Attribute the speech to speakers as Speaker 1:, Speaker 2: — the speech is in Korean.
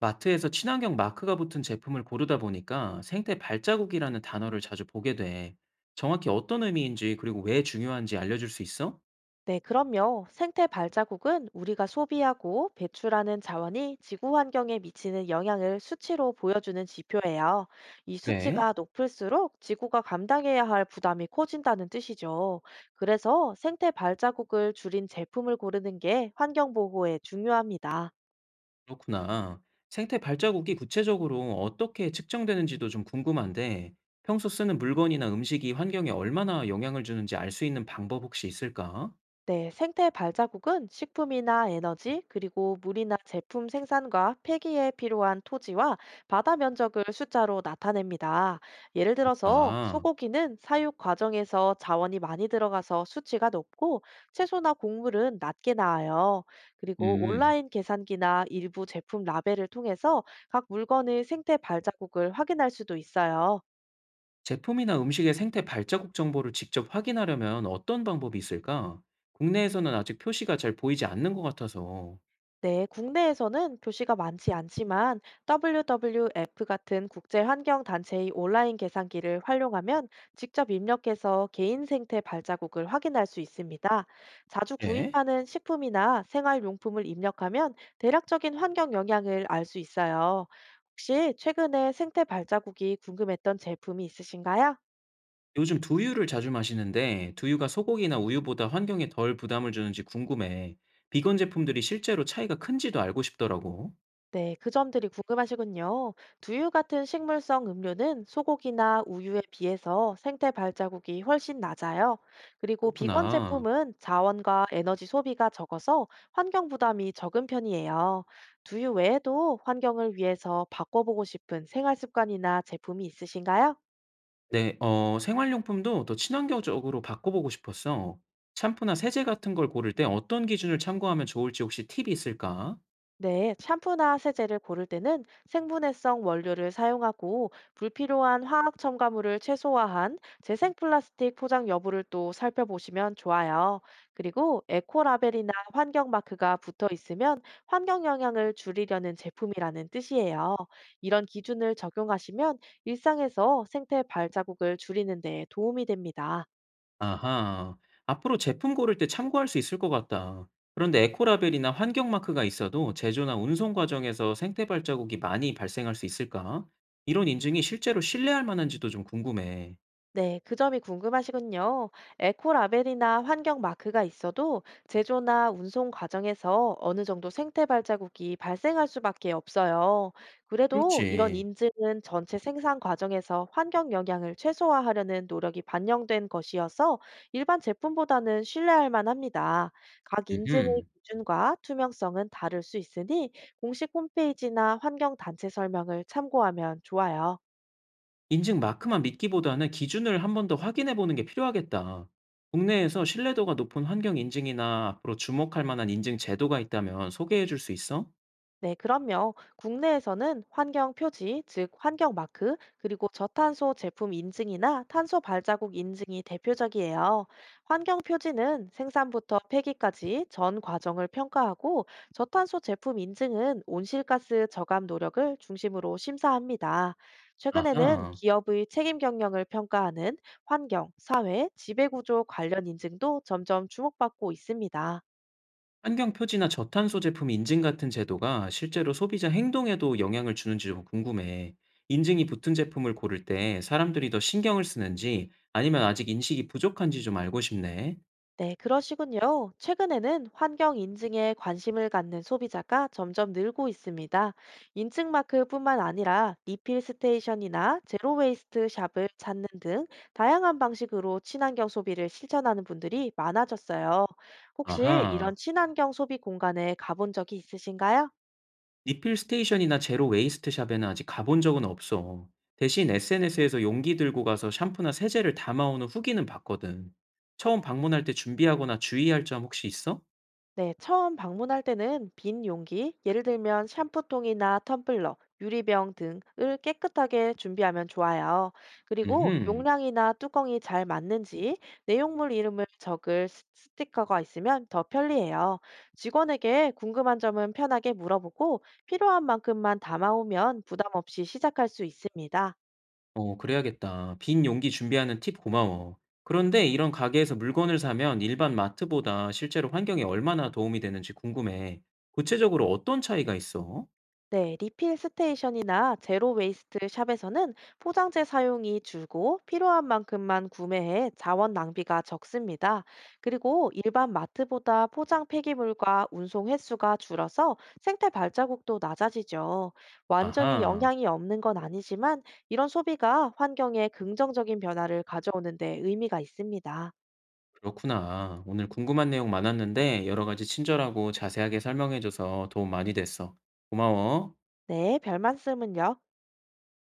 Speaker 1: 마트에서 친환경 마크가 붙은 제품을 고르다 보니까 생태 발자국이라는 단어를 자주 보게 돼. 정확히 어떤 의미인지 그리고 왜 중요한지 알려줄 수 있어?
Speaker 2: 네, 그럼요. 생태 발자국은 우리가 소비하고 배출하는 자원이 지구 환경에 미치는 영향을 수치로 보여주는 지표예요. 이
Speaker 1: 그래?
Speaker 2: 수치가 높을수록 지구가 감당해야 할 부담이 커진다는 뜻이죠. 그래서 생태 발자국을 줄인 제품을 고르는 게 환경 보호에 중요합니다.
Speaker 1: 그렇구나. 생태 발자국이 구체적으로 어떻게 측정되는지도 좀 궁금한데 평소 쓰는 물건이나 음식이 환경에 얼마나 영향을 주는지 알 수 있는 방법 혹시 있을까?
Speaker 2: 네, 생태 발자국은 식품이나 에너지, 그리고 물이나 제품 생산과 폐기에 필요한 토지와 바다 면적을 숫자로 나타냅니다. 예를 들어서
Speaker 1: 그렇구나.
Speaker 2: 소고기는 사육 과정에서 자원이 많이 들어가서 수치가 높고 채소나 곡물은 낮게 나와요. 그리고
Speaker 1: 음.
Speaker 2: 온라인 계산기나 일부 제품 라벨을 통해서 각 물건의 생태 발자국을 확인할 수도 있어요.
Speaker 1: 제품이나 음식의 생태 발자국 정보를 직접 확인하려면 어떤 방법이 있을까? 국내에서는 아직 표시가 잘 보이지 않는 것 같아서.
Speaker 2: 네, 국내에서는 교시가 많지 않지만 WWF 같은 국제 환경 단체의 온라인 계산기를 활용하면 직접 입력해서 개인 생태 발자국을 확인할 수 있습니다. 자주
Speaker 1: 네?
Speaker 2: 구입하는 식품이나 생활용품을 입력하면 대략적인 환경 영향을 알 수 있어요. 혹시 최근에 생태 발자국이 궁금했던 제품이 있으신가요?
Speaker 1: 요즘 두유를 자주 마시는데 두유가 소고기나 우유보다 환경에 덜 부담을 주는지 궁금해. 비건 제품들이 실제로 차이가 큰지도 알고 싶더라고.
Speaker 2: 네, 그 점들이 궁금하시군요. 두유 같은 식물성 음료는 소고기나 우유에 비해서 생태 발자국이 훨씬 낮아요. 그리고 비건
Speaker 1: 그렇구나.
Speaker 2: 제품은 자원과 에너지 소비가 적어서 환경 부담이 적은 편이에요. 두유 외에도 환경을 위해서 바꿔보고 싶은 생활 습관이나 제품이 있으신가요?
Speaker 1: 네, 생활용품도 더 친환경적으로 바꿔보고 싶었어. 샴푸나 세제 같은 걸 고를 때 어떤 기준을 참고하면 좋을지 혹시 팁이 있을까?
Speaker 2: 네, 샴푸나 세제를 고를 때는 생분해성 원료를 사용하고 불필요한 화학 첨가물을 최소화한 재생 플라스틱 포장 여부를 또 살펴보시면 좋아요. 그리고 에코 라벨이나 환경 마크가 붙어 있으면 환경 영향을 줄이려는 제품이라는 뜻이에요. 이런 기준을 적용하시면 일상에서 생태 발자국을 줄이는 데 도움이 됩니다.
Speaker 1: 아하. 앞으로 제품 고를 때 참고할 수 있을 것 같다. 그런데 에코라벨이나 환경 마크가 있어도 제조나 운송 과정에서 생태 발자국이 많이 발생할 수 있을까? 이런 인증이 실제로 신뢰할 만한지도 좀 궁금해.
Speaker 2: 네, 그 점이 궁금하시군요. 에코라벨이나 환경 마크가 있어도 제조나 운송 과정에서 어느 정도 생태 발자국이 발생할 수밖에 없어요. 그래도 이런
Speaker 1: 그렇지.
Speaker 2: 인증은 전체 생산 과정에서 환경 영향을 최소화하려는 노력이 반영된 것이어서 일반 제품보다는 신뢰할 만합니다. 각 인증의
Speaker 1: 음흠.
Speaker 2: 기준과 투명성은 다를 수 있으니 공식 홈페이지나 환경단체 설명을 참고하면 좋아요.
Speaker 1: 인증 마크만 믿기보다는 기준을 한 번 더 확인해 보는 게 필요하겠다. 국내에서 신뢰도가 높은 환경 인증이나 앞으로 주목할 만한 인증 제도가 있다면 소개해 줄 수 있어?
Speaker 2: 네, 그럼요. 국내에서는 환경 표지, 즉 환경 마크, 그리고 저탄소 제품 인증이나 탄소 발자국 인증이 대표적이에요. 환경 표지는 생산부터 폐기까지 전 과정을 평가하고 저탄소 제품 인증은 온실가스 저감 노력을 중심으로 심사합니다. 최근에는
Speaker 1: 아하.
Speaker 2: 기업의 책임 경영을 평가하는 환경, 사회, 지배구조 관련 인증도 점점 주목받고 있습니다.
Speaker 1: 환경 표지나 저탄소 제품 인증 같은 제도가 실제로 소비자 행동에도 영향을 주는지 좀 궁금해. 인증이 붙은 제품을 고를 때 사람들이 더 신경을 쓰는지 아니면 아직 인식이 부족한지 좀 알고 싶네.
Speaker 2: 네, 그러시군요. 최근에는 환경 인증에 관심을 갖는 소비자가 점점 늘고 있습니다. 인증 마크뿐만 아니라 리필 스테이션이나 제로 웨이스트 샵을 찾는 등 다양한 방식으로 친환경 소비를 실천하는 분들이 많아졌어요. 혹시 이런
Speaker 1: 아하.
Speaker 2: 친환경 소비 공간에 가본 적이 있으신가요?
Speaker 1: 리필 스테이션이나 제로 웨이스트 샵에는 아직 가본 적은 없어. 대신 SNS에서 용기 들고 가서 샴푸나 세제를 담아오는 후기는 봤거든. 처음 방문할 때 준비하거나 주의할 점 혹시 있어?
Speaker 2: 네, 처음 방문할 때는 빈 용기, 예를 들면 샴푸통이나 텀블러, 유리병 등을 깨끗하게 준비하면 좋아요. 그리고
Speaker 1: 음흠.
Speaker 2: 용량이나 뚜껑이 잘 맞는지 내용물 이름을 적을 스티커가 있으면 더 편리해요. 직원에게 궁금한 점은 편하게 물어보고 필요한 만큼만 담아오면 부담 없이 시작할 수 있습니다.
Speaker 1: 어 그래야겠다. 빈 용기 준비하는 팁 고마워. 그런데 이런 가게에서 물건을 사면 일반 마트보다 실제로 환경에 얼마나 도움이 되는지 궁금해. 구체적으로 어떤 차이가 있어?
Speaker 2: 네, 리필 스테이션이나 제로 웨이스트 샵에서는 포장재 사용이 줄고 필요한 만큼만 구매해 자원 낭비가 적습니다. 그리고 일반 마트보다 포장 폐기물과 운송 횟수가 줄어서 생태 발자국도 낮아지죠. 완전히
Speaker 1: 아하,
Speaker 2: 영향이 없는 건 아니지만 이런 소비가 환경에 긍정적인 변화를 가져오는 데 의미가 있습니다.
Speaker 1: 그렇구나. 오늘 궁금한 내용 많았는데 여러 가지 친절하고 자세하게 설명해줘서 도움 많이 됐어. 고마워.
Speaker 2: 네, 별 말씀은요.